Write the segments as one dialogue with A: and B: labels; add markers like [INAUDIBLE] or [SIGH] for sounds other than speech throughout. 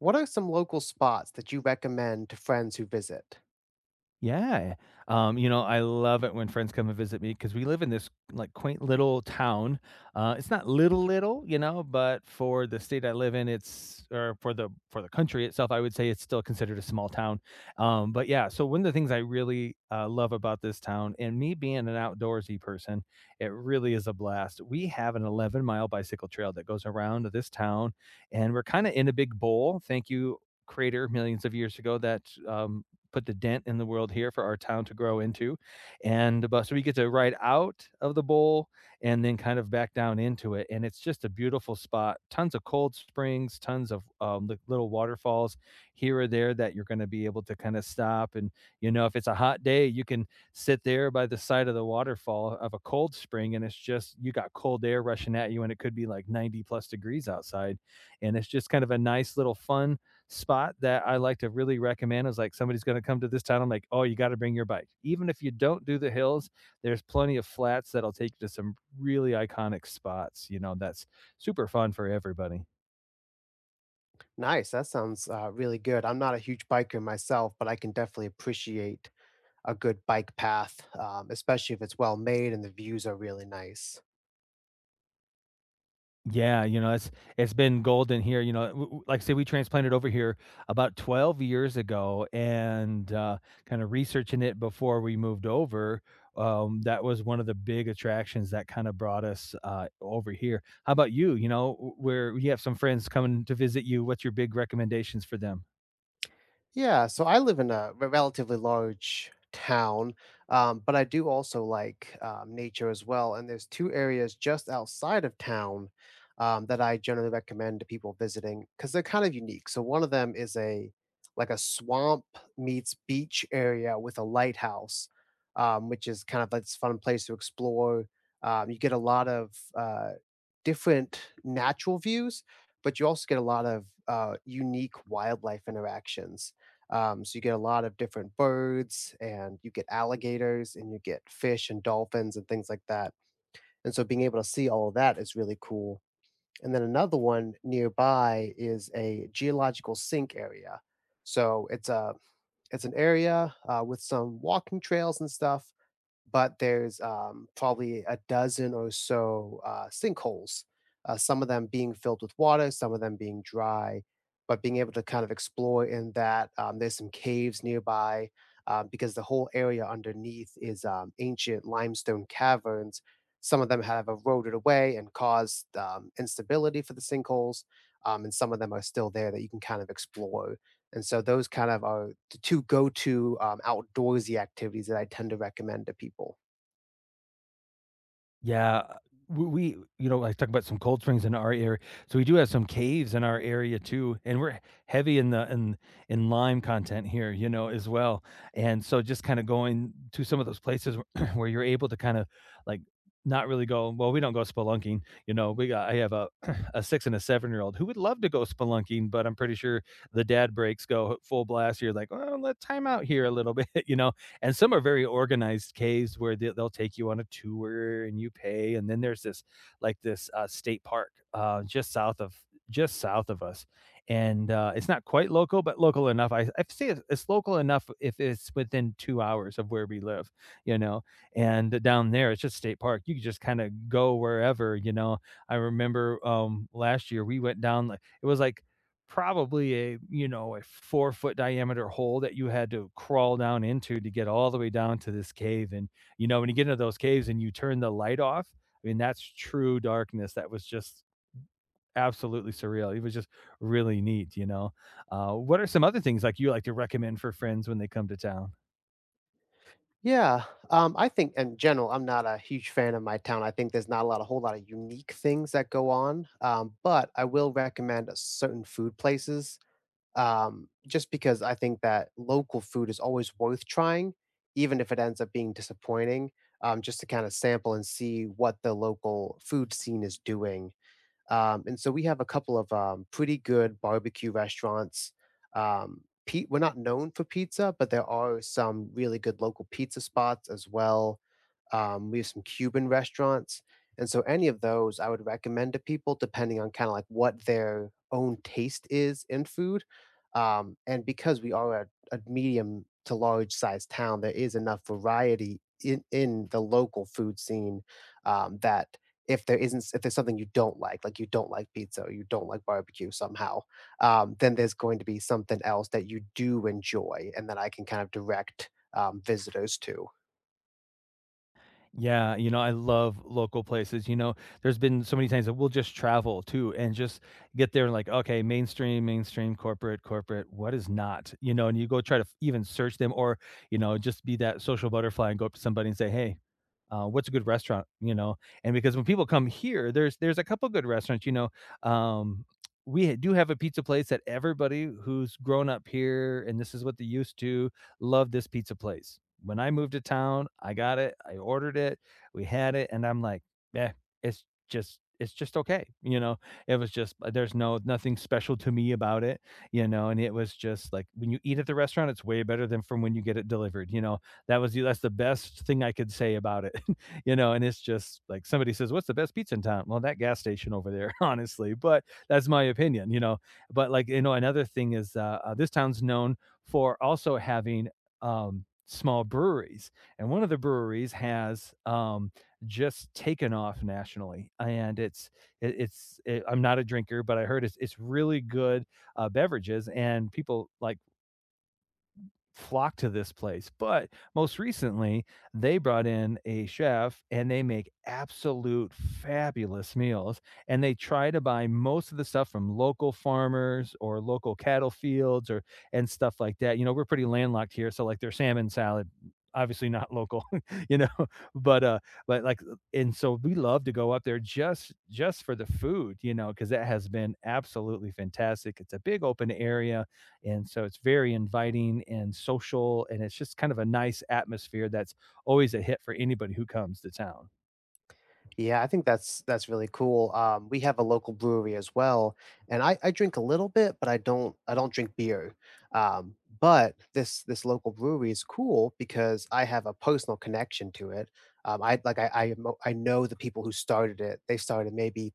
A: What are some local spots that you recommend to friends who visit?
B: Yeah. You know, I love it when friends come and visit me because we live in this, like, quaint little town. It's not little, little, you know, but for the state I live in, it's or for the country itself, I would say it's still considered a small town. But yeah, so one of the things I really, love about this town and me being an outdoorsy person, it really is a blast. We have an 11-mile bicycle trail that goes around this town, and we're kinda in a big bowl. Thank you, creator millions of years ago that, put the dent in the world here for our town to grow into. And but so we get to ride out of the bowl and then kind of back down into it. And it's just a beautiful spot. Tons of cold springs, tons of little waterfalls here or there that you're going to be able to kind of stop. And, you know, if it's a hot day, you can sit there by the side of the waterfall of a cold spring and it's just, you got cold air rushing at you and it could be like 90 plus degrees outside. And it's just kind of a nice little fun spot that I like to really recommend is like somebody's going to come to this town. I'm like, oh, you got to bring your bike. Even if you don't do the hills, there's plenty of flats that'll take you to some really iconic spots, you know, that's super fun for everybody.
A: Nice, that sounds really good. I'm not a huge biker myself, but I can definitely appreciate a good bike path, especially if it's well made and the views are really nice.
B: Yeah, you know, it's been golden here, you know, w w like I say, we transplanted over here about 12 years ago and, kinda researching it before we moved over, that was one of the big attractions that kinda brought us, over here. How about you? You know, w where you have some friends coming to visit you, what's your big recommendations for them?
A: Yeah, so I live in a relatively large town, but I do also like nature as well. And there's two areas just outside of town that I generally recommend to people visiting because they're kind of unique. So one of them is a like a swamp meets beach area with a lighthouse, which is kind of like this fun place to explore. You get a lot of uh, different natural views, but you also get a lot of unique wildlife interactions, so you get a lot of different birds and you get alligators and you get fish and dolphins and things like that. And so being able to see all of that is really cool. And then another one nearby is a geological sink area. So it's an area with some walking trails and stuff, but there's probably a dozen or so sinkholes, some of them being filled with water, some of them being dry. But being able to kind of explore in that, there's some caves nearby because the whole area underneath is ancient limestone caverns. Some of them have eroded away and caused instability for the sinkholes, and some of them are still there that you can kind of explore. And so those kind of are the 2 go-to, outdoorsy activities that I tend to recommend to people.
B: Yeah, w we you know, I talk about some cold springs in our area, so we do have some caves in our area too, and we're heavy in the in lime content here, you know, as well, and so just kinda going to some of those places where [CLEARS THROAT] where you're able to kinda, like, not really go, well, we don't go spelunking, you know, we got I have a [CLEARS THROAT] a 6 and a 7-year-old who would love to go spelunking, but I'm pretty sure the dad breaks go full blast, you're like, "Well, let time out here a little bit," [LAUGHS] you know, and some are very organized caves where they'll take you on a tour and you pay and then there's this like this state park just south of us and it's not quite local but local enough I say it's local enough if it's within 2 hours of where we live, you know. And down there it's just state park, you can just kind of go wherever, you know. I remember last year we went down, like it was like probably a, you know, a 4-foot diameter hole that you had to crawl down into to get all the way down to this cave, and, you know, when you get into those caves and you turn the light off, I mean, that's true darkness. That was just absolutely surreal, it was just really neat, you know? What are some other things, like, you like to recommend for friends when they come to town?
A: Yeah, I think in general, I'm not a huge fan of my town. I think there's not a lot a whole lotta unique things that go on, but I will recommend a certain food places, just because I think that local food is always worth trying, even if it ends up being disappointing, just to kinda sample and see what the local food scene is doing. And so we have a couple of pretty good barbecue restaurants. We're not known for pizza, but there are some really good local pizza spots as well. We have some Cuban restaurants. And so any of those I would recommend to people depending on kind of like what their own taste is in food. And because we are a medium to large size town, there is enough variety in the local food scene, that if there's something you don't like you don't like pizza or you don't like barbecue somehow, then there's going to be something else that you do enjoy and that I can kind of direct visitors to.
B: Yeah, you know, I love local places, you know, there's been so many times that we'll just travel too and just get there and like, okay, mainstream, mainstream, corporate, corporate, what is not, you know, and you go try to even search them or, you know, just be that social butterfly and go up to somebody and say, hey, what's a good restaurant, you know? And because when people come here, there's a couple good restaurants, you know. Um, we do have a pizza place that everybody who's grown up here and this is what they used to love. This pizza place, when I moved to town, I got it. I ordered it. We had it, and I'm like, eh, it's just okay. You know, it was just there's no nothing special to me about it. You know, and it was just like when you eat at the restaurant, it's way better than from when you get it delivered. You know, that's the best thing I could say about it. [LAUGHS] You know, and it's just like somebody says, "What's the best pizza in town?" Well, that gas station over there, [LAUGHS] honestly. But that's my opinion. You know, but like you know, another thing is this town's known for also having small breweries, and one of the breweries has just taken off nationally, and I'm not a drinker, but I heard it's really good beverages, and people like flock to this place. But most recently, they brought in a chef and they make absolute fabulous meals. And they try to buy most of the stuff from local farmers or local cattle fields or and stuff like that. You know, we're pretty landlocked here. So like their salmon salad, obviously not local, [LAUGHS] you know, but uh but like and so we love to go up there just for the food, you know, because that has been absolutely fantastic. It's a big open area and so it's very inviting and social, and it's just kind of a nice atmosphere that's always a hit for anybody who comes to town.
A: Yeah, I think that's really cool. We have a local brewery as well, and I drink a little bit, but I don't drink beer. But this local brewery is cool because I have a personal connection to it. I like I know the people who started it. They started maybe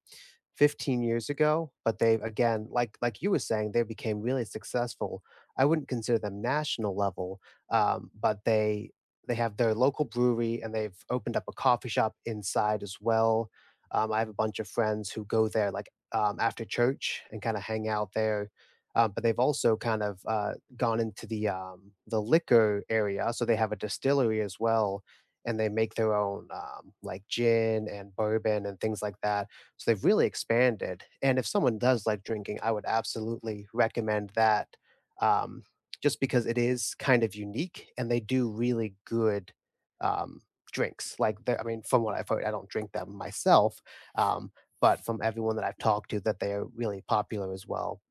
A: 15 years ago, but they again, like you were saying, they became really successful. I wouldn't consider them national level, but they have their local brewery and they've opened up a coffee shop inside as well. I have a bunch of friends who go there like after church and kind of hang out there. But they've also kind of gone into the liquor area, so they have a distillery as well, and they make their own like gin and bourbon and things like that, so they've really expanded. And if someone does like drinking, I would absolutely recommend that, um, just because it is kind of unique and they do really good um, drinks. I mean, from what I've heard, I don't drink them myself, um, but from everyone that I've talked to, that they are really popular as well.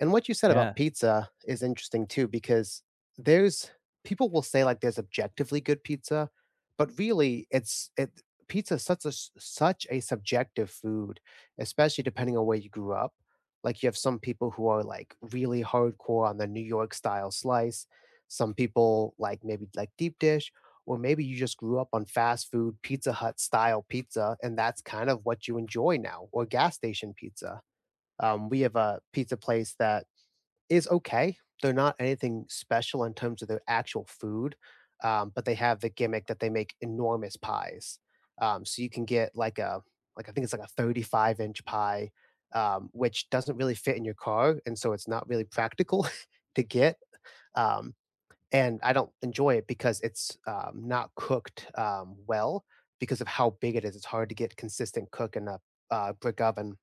A: And what you said about
B: Yeah.
A: pizza is interesting too, because there's people will say like there's objectively good pizza, but really it's it pizza is such a such a subjective food, especially depending on where you grew up. Like you have some people who are like really hardcore on the New York style slice, some people like maybe like deep dish, or maybe you just grew up on fast food Pizza Hut style pizza, and that's kind of what you enjoy now, or gas station pizza. We have a pizza place that is okay. They're not anything special in terms of their actual food, but they have the gimmick that they make enormous pies. So you can get like a like I think it's like a 35-inch pie, which doesn't really fit in your car, and so it's not really practical [LAUGHS] to get. Um, and I don't enjoy it because it's not cooked well because of how big it is. It's hard to get consistent cook in a brick oven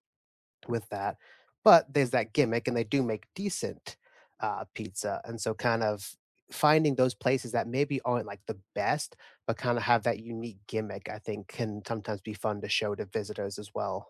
A: with that. But there's that gimmick, and they do make decent pizza. And so, kind of finding those places that maybe aren't like the best, but kind of have that unique gimmick, I think, can sometimes be fun to show to visitors as well.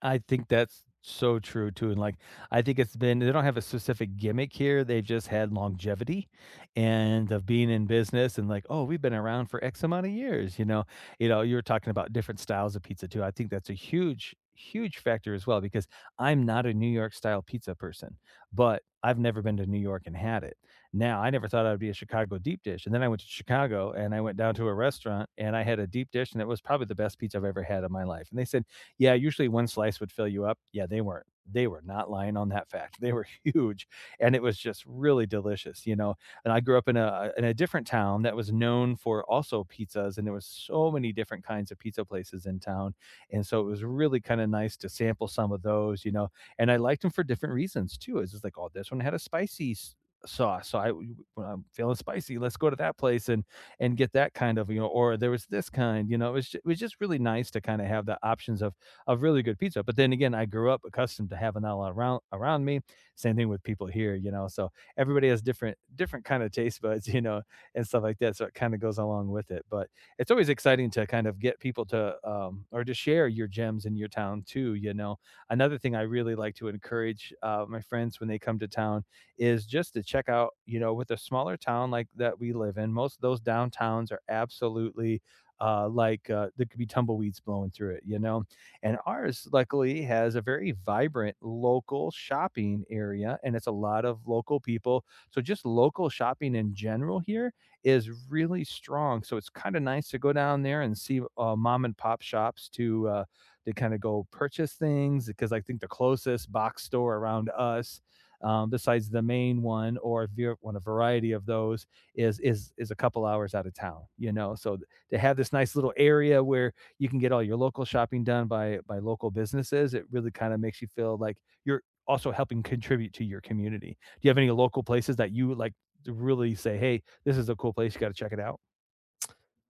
B: I think that's so true too, and, like, I think it's been they don't have a specific gimmick here, they've just had longevity and of being in business and, like, "Oh, we've been around for X amount of years," you know? You know, you were talking about different styles of pizza too, I think that's a huge, huge factor as well because I'm not a New York style pizza person, but I've never been to New York and had it. Now, I never thought I'd be a Chicago deep dish, and then I went to Chicago, and I went down to a restaurant, and I had a deep dish, and it was probably the best pizza I've ever had in my life, and they said yeah, usually one slice would fill you up. Yeah, they were not lying on that fact. [LAUGHS] They were huge and it was just really delicious, you know. And I grew up in a different town that was known for also pizzas and there was so many different kinds of pizza places in town. And so it was really kind of nice to sample some of those, you know. And I liked them for different reasons too. It's just like, oh, this one had a sauce. So I When I'm feeling spicy, let's go to that place and get that kind of, you know, or there was this kind, you know. It was just really nice to kind of have the options of really good pizza. But then again, I grew up accustomed to having that a lot around me. Same thing with people here, you know. So everybody has different kind of taste buds, [LAUGHS] you know, and stuff like that. So it kind of goes along with it. But it's always exciting to kind of get people to or to share your gems in your town too. You know, another thing I really like to encourage my friends when they come to town is just to check out. You know, with a smaller town like that we live in, most of those downtowns are absolutely there could be tumbleweeds blowing through it, you know, and ours, luckily, has a very vibrant local shopping area and it's a lot of local people. So just local shopping in general here is really strong. So it's kind of nice to go down there and see mom and pop shops to kind of go purchase things because I think the closest box store around us. Besides the main one, or if you want a variety of those, is a couple hours out of town, you know. So to have this nice little area where you can get all your local shopping done by local businesses. It really kind of makes you feel like you're also helping contribute to your community. Do you have any local places that you would like to really say, "Hey, this is a cool place. You got to check it out"?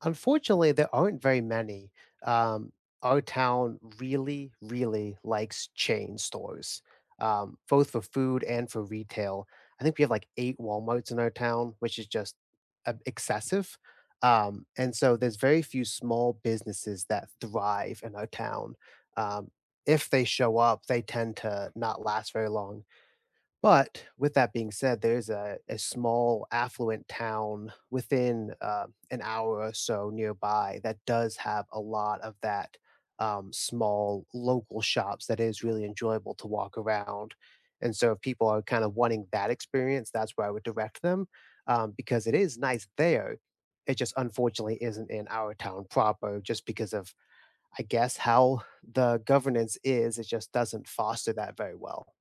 A: Unfortunately, there aren't very many. Um, our town really, really likes chain stores, both for food and for retail. I think we have like eight Walmarts in our town, which is just excessive. And so there's very few small businesses that thrive in our town. Um, if they show up, they tend to not last very long. But with that being said, there's a small affluent town within an hour or so nearby that does have a lot of that, small local shops that is really enjoyable to walk around. And so, if people are kind of wanting that experience, that's where I would direct them, because it is nice there. It just unfortunately isn't in our town proper, just because of, I guess, how the governance is. It just doesn't foster that very well.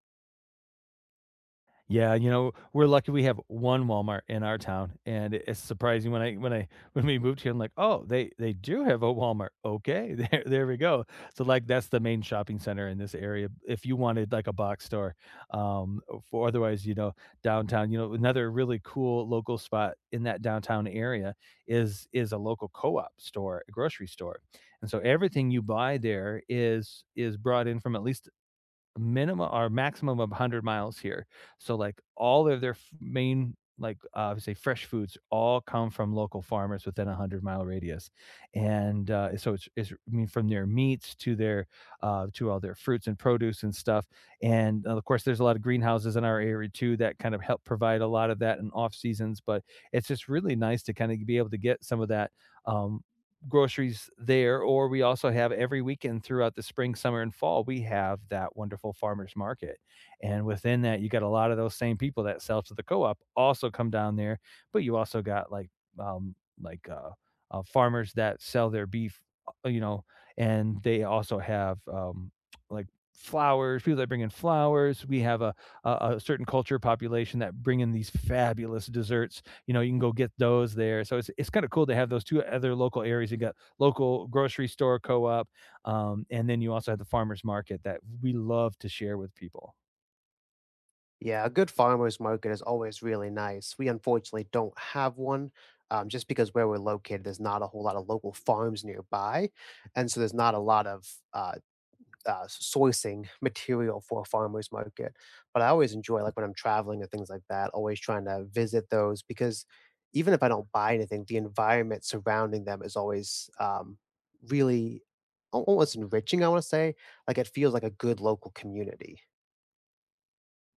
B: Yeah, you know, we're lucky we have 1 Walmart in our town, and it's surprising when I [LAUGHS] when we moved here, I'm like, "Oh, they do have a Walmart, okay, [LAUGHS] there we go." So, like, that's the main shopping center in this area if you wanted, like, a box store, um, for otherwise, you know, downtown, you know, another really cool local spot in that downtown area is a local co-op store, a grocery store, and so everything you buy there is brought in from at least minimum or maximum of 100 miles here. So, like, all of their f main, like, say, fresh foods all come from local farmers within a 100-mile radius, and, so it's I mean, from their meats to their, to all their fruits and produce and stuff, and, of course, there's a lot of greenhouses in our area too that kind of help provide a lot of that in off seasons, but it's just really nice to kinda be able to get some of that, um, groceries there, or we also have every weekend throughout the spring, summer, and fall, we have that wonderful farmers market. And within that, you got a lot of those same people that sell to the co-op also come down there, but you also got like um like uh, farmers that sell their beef, you know, and they also have like flowers, people that bring in flowers. We have a, certain culture population that bring in these fabulous desserts, you know, you can go get those there. So it's kind of cool to have those two other local areas. You got local grocery store co-op, and then you also have the farmers market that we love to share with people.
A: Yeah, a good farmer's market is always really nice. We unfortunately don't have one just because where we're located, there's not a whole lot of local farms nearby. And so there's not a lot of uh, sourcing [LAUGHS] material for a farmer's market. But I always enjoy, like when I'm traveling and things like that, always trying to visit those because even if I don't buy anything, the environment surrounding them is always really almost enriching, I want to say. Like it feels like a good local community.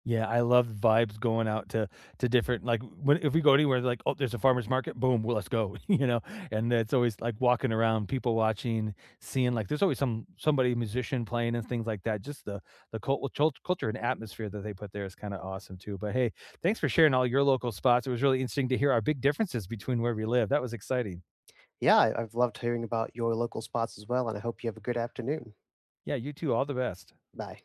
B: Yeah, I love vibes going out to different, like, when if we go anywhere, like, "Oh, there's a farmer's market, boom, well, let's go," [LAUGHS] you know? And it's always, like, walking around, people watching, seeing, like there's always somebody, musician playing and things like that. Just the cul culture and atmosphere that they put there is kinda awesome too. But, hey, thanks for sharing all your local spots. It was really interesting to hear our big differences between where we live. That was exciting.
A: Yeah, I've loved hearing about your local spots as well, and I hope you have a good afternoon.
B: Yeah, you too. All the best.
A: Bye.